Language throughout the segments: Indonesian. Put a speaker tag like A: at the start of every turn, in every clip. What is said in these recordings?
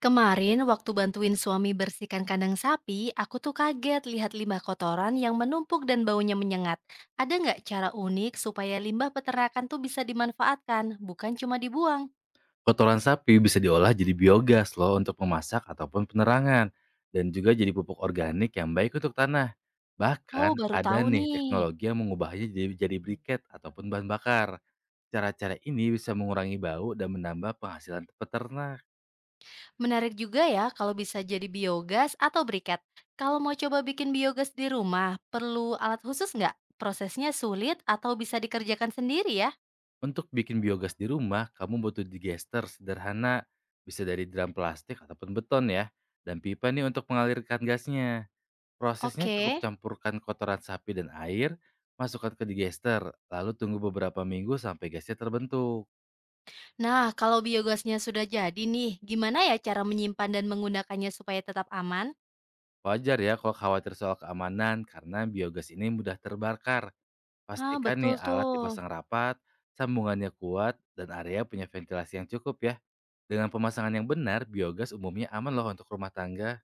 A: Kemarin waktu bantuin suami bersihkan kandang sapi, aku tuh kaget lihat limbah kotoran yang menumpuk dan baunya menyengat. Ada nggak cara unik supaya limbah peternakan tuh bisa dimanfaatkan, bukan cuma dibuang?
B: Kotoran sapi bisa diolah jadi biogas loh untuk memasak ataupun penerangan dan juga jadi pupuk organik yang baik untuk tanah.
A: Oh,
B: Bahkan
A: baru
B: ada
A: tahu
B: nih
A: nih.
B: teknologi yang mengubahnya jadi briket ataupun bahan bakar. Cara-cara ini bisa mengurangi bau dan menambah penghasilan peternak.
A: Menarik juga ya kalau bisa jadi biogas atau briket. Kalau mau coba bikin biogas di rumah, perlu alat khusus nggak? Prosesnya sulit atau bisa dikerjakan sendiri ya?
B: Untuk bikin biogas di rumah, kamu butuh digester sederhana, bisa dari drum plastik ataupun beton ya, dan pipa nih untuk mengalirkan gasnya. Prosesnya cukup
A: Oke.
B: campurkan kotoran sapi dan air, masukkan ke digester, lalu tunggu beberapa minggu sampai gasnya terbentuk.
A: Nah, kalau biogasnya sudah jadi nih, gimana ya cara menyimpan dan menggunakannya supaya tetap aman?
B: Wajar ya kalau khawatir soal keamanan karena biogas ini mudah terbakar.
A: Ah,
B: Pastikan
A: betul
B: nih alat
A: tuh.
B: dipasang rapat, sambungannya kuat, dan area punya ventilasi yang cukup ya. Dengan pemasangan yang benar, biogas umumnya aman loh untuk rumah tangga.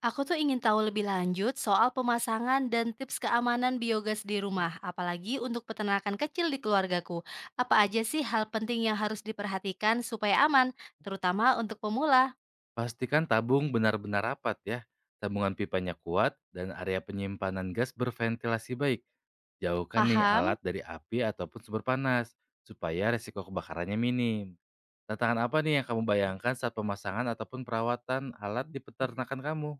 A: Aku tuh ingin tahu lebih lanjut soal pemasangan dan tips keamanan biogas di rumah, apalagi untuk peternakan kecil di keluargaku. Apa aja sih hal penting yang harus diperhatikan supaya aman, terutama untuk pemula?
B: Pastikan tabung benar-benar rapat ya. Tabungan pipanya kuat dan area penyimpanan gas berventilasi baik. Jauhkan nih
A: Paham?
B: alat dari api ataupun sumber panas supaya resiko kebakarannya minim. Tantangan apa nih yang kamu bayangkan saat pemasangan ataupun perawatan alat di peternakan kamu?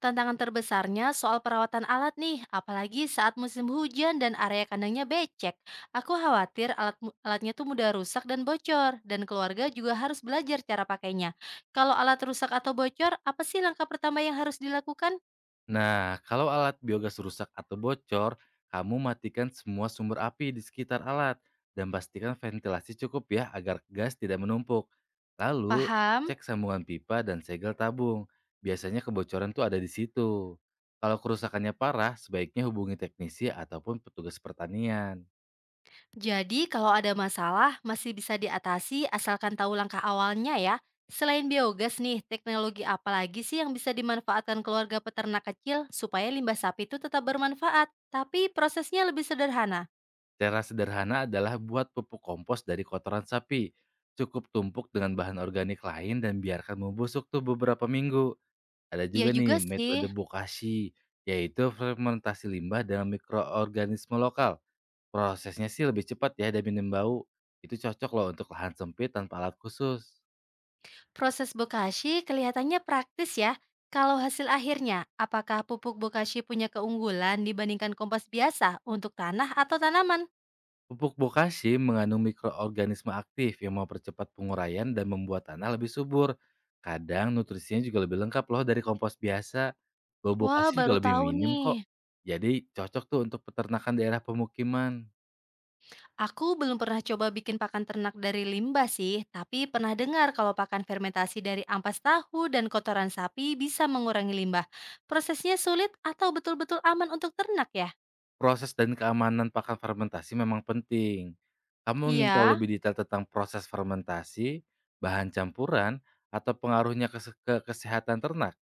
A: Tantangan terbesarnya soal perawatan alat nih, apalagi saat musim hujan dan area kandangnya becek. Aku khawatir alatnya tuh mudah rusak dan bocor, dan keluarga juga harus belajar cara pakainya. Kalau alat rusak atau bocor, apa sih langkah pertama yang harus dilakukan?
B: Nah, kalau alat biogas rusak atau bocor, kamu matikan semua sumber api di sekitar alat dan pastikan ventilasi cukup ya agar gas tidak menumpuk. Lalu,
A: Paham?
B: cek sambungan pipa dan segel tabung. Biasanya kebocoran tuh ada di situ. Kalau kerusakannya parah, sebaiknya hubungi teknisi ataupun petugas pertanian.
A: Jadi, kalau ada masalah, masih bisa diatasi asalkan tahu langkah awalnya ya. Selain biogas nih, teknologi apa lagi sih yang bisa dimanfaatkan keluarga peternak kecil supaya limbah sapi itu tetap bermanfaat, tapi prosesnya lebih sederhana?
B: Cara sederhana adalah buat pupuk kompos dari kotoran sapi. Cukup tumpuk dengan bahan organik lain dan biarkan membusuk tuh beberapa minggu. Ada
A: Iya
B: juga
A: juga
B: nih
A: sih,
B: metode bokashi, yaitu fermentasi limbah dalam mikroorganisme lokal. Prosesnya sih lebih cepat ya dan minim bau. Itu cocok loh untuk lahan sempit tanpa alat khusus.
A: proses bokashi kelihatannya praktis ya. Kalau hasil akhirnya, apakah pupuk bokashi punya keunggulan dibandingkan kompos biasa untuk tanah atau tanaman?
B: Pupuk bokashi mengandung mikroorganisme aktif yang mempercepat penguraian dan membuat tanah lebih subur. Kadang nutrisinya juga lebih lengkap loh dari kompos biasa. Bau
A: Wah,
B: bokashi
A: baru
B: juga lebih
A: tahu
B: minim
A: nih.
B: kok. Jadi cocok tuh untuk peternakan daerah pemukiman.
A: Aku belum pernah coba bikin pakan ternak dari limbah sih, tapi pernah dengar kalau pakan fermentasi dari ampas tahu dan kotoran sapi bisa mengurangi limbah. Prosesnya sulit atau betul-betul aman untuk ternak ya?
B: Proses dan keamanan pakan fermentasi memang penting. Kamu ingin tahu
A: Iya,
B: lebih detail tentang proses fermentasi, bahan campuran, atau pengaruhnya ke kesehatan ternak?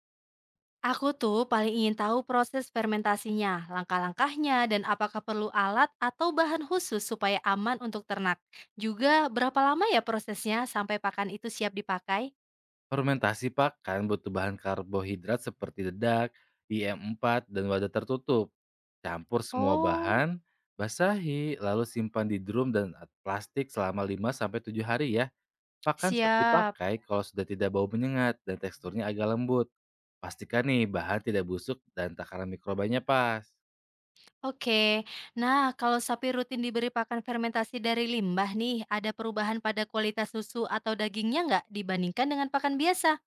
A: aku tuh paling ingin tahu proses fermentasinya, langkah-langkahnya, dan apakah perlu alat atau bahan khusus supaya aman untuk ternak. Juga berapa lama ya prosesnya sampai pakan itu siap dipakai?
B: Fermentasi pakan butuh bahan karbohidrat seperti dedak, IM4, dan wadah tertutup. Campur semua
A: Oh,
B: bahan, basahi, lalu simpan di drum dan plastik selama 5 sampai 7 hari ya. Pakan siap
A: siap.
B: dipakai kalau sudah tidak bau menyengat dan teksturnya agak lembut. Pastikan nih bahan tidak busuk dan takaran mikrobanya pas.
A: Oke. Nah, kalau sapi rutin diberi pakan fermentasi dari limbah nih, ada perubahan pada kualitas susu atau dagingnya nggak dibandingkan dengan pakan biasa?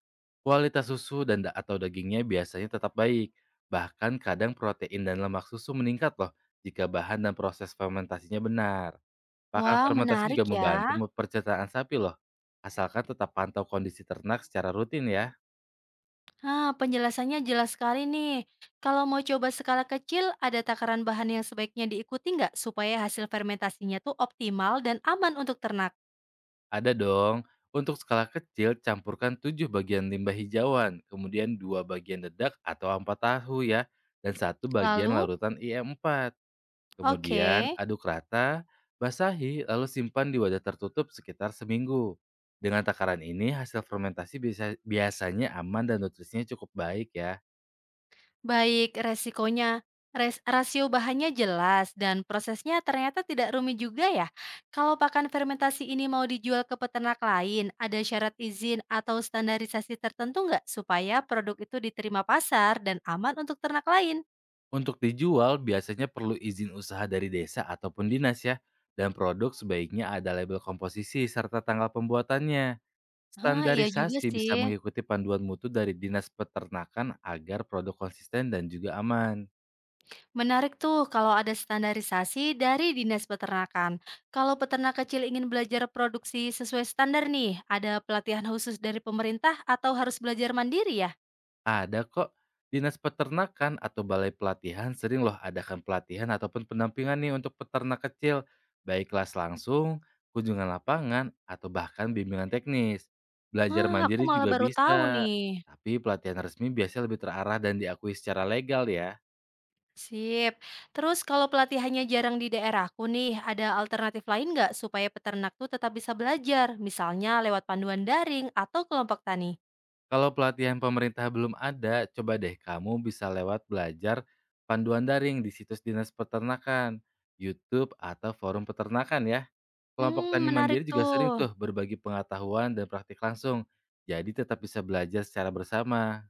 B: Kualitas susu dan atau dagingnya biasanya tetap baik. Bahkan kadang protein dan lemak susu meningkat loh jika bahan dan proses fermentasinya benar. Pakan
A: Wah,
B: fermentasi
A: menarik
B: juga
A: ya.
B: membantu percetakan sapi loh. Asalkan tetap pantau kondisi ternak secara rutin ya.
A: Nah, penjelasannya jelas sekali nih. Kalau mau coba skala kecil, ada takaran bahan yang sebaiknya diikuti nggak supaya hasil fermentasinya tuh optimal dan aman untuk ternak?
B: Ada dong. Untuk skala kecil, campurkan 7 bagian limbah hijauan, kemudian dua bagian dedak atau ampat tahu ya, dan satu bagian
A: Lalu,
B: larutan IM4.
A: oke.
B: Kemudian aduk rata, basahi, lalu simpan di wadah tertutup sekitar seminggu. Dengan takaran ini, hasil fermentasi biasanya aman dan nutrisinya cukup baik ya.
A: Baik, rasio bahannya jelas dan prosesnya ternyata tidak rumit juga ya. Kalau pakan fermentasi ini mau dijual ke peternak lain, ada syarat izin atau standarisasi tertentu nggak supaya produk itu diterima pasar dan aman untuk ternak lain?
B: Untuk dijual, biasanya perlu izin usaha dari desa ataupun dinas ya. Dan produk sebaiknya ada label komposisi serta tanggal pembuatannya.
A: Ah, iya juga
B: Standarisasi bisa
A: sih.
B: mengikuti panduan mutu dari Dinas Peternakan agar produk konsisten dan juga aman.
A: Menarik tuh kalau ada standarisasi dari Dinas Peternakan. Kalau peternak kecil ingin belajar produksi sesuai standar nih, ada pelatihan khusus dari pemerintah atau harus belajar mandiri ya?
B: Ada kok, Dinas Peternakan atau Balai Pelatihan sering loh adakan pelatihan ataupun pendampingan nih untuk peternak kecil, baik kelas langsung, kunjungan lapangan, atau bahkan bimbingan teknis. Belajar
A: Ah, aku
B: mandiri
A: malah
B: juga
A: baru tahu
B: bisa,
A: nih.
B: tapi pelatihan resmi biasanya lebih terarah dan diakui secara legal ya.
A: Sip. Terus kalau pelatihannya jarang di daerahku nih, ada alternatif lain nggak supaya peternak tuh tetap bisa belajar? Misalnya lewat panduan daring atau kelompok tani?
B: Kalau pelatihan pemerintah belum ada, coba deh kamu bisa lewat belajar panduan daring di situs Dinas Peternakan, YouTube, atau forum peternakan ya. Kelompok
A: Hmm,
B: tani
A: menarik
B: mandiri juga sering
A: tuh.
B: tuh berbagi pengetahuan dan praktik langsung, jadi tetap bisa belajar secara bersama.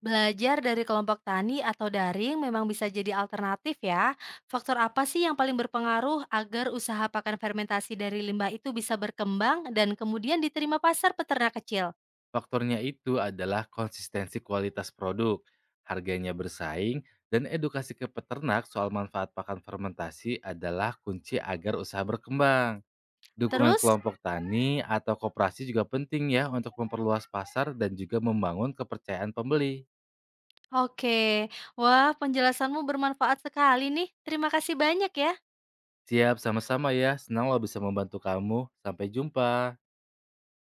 A: Belajar dari kelompok tani atau daring memang bisa jadi alternatif ya. Faktor apa sih yang paling berpengaruh agar usaha pakan fermentasi dari limbah itu bisa berkembang dan kemudian diterima pasar peternak kecil?
B: Faktornya itu adalah konsistensi kualitas produk, harganya bersaing, dan edukasi ke peternak soal manfaat pakan fermentasi adalah kunci agar usaha berkembang. Dukungan
A: Terus,
B: kelompok tani atau koperasi juga penting ya untuk memperluas pasar dan juga membangun kepercayaan pembeli.
A: oke, wah penjelasanmu bermanfaat sekali nih. Terima kasih banyak ya.
B: Siap, sama-sama ya, senang lo bisa membantu kamu. Sampai jumpa.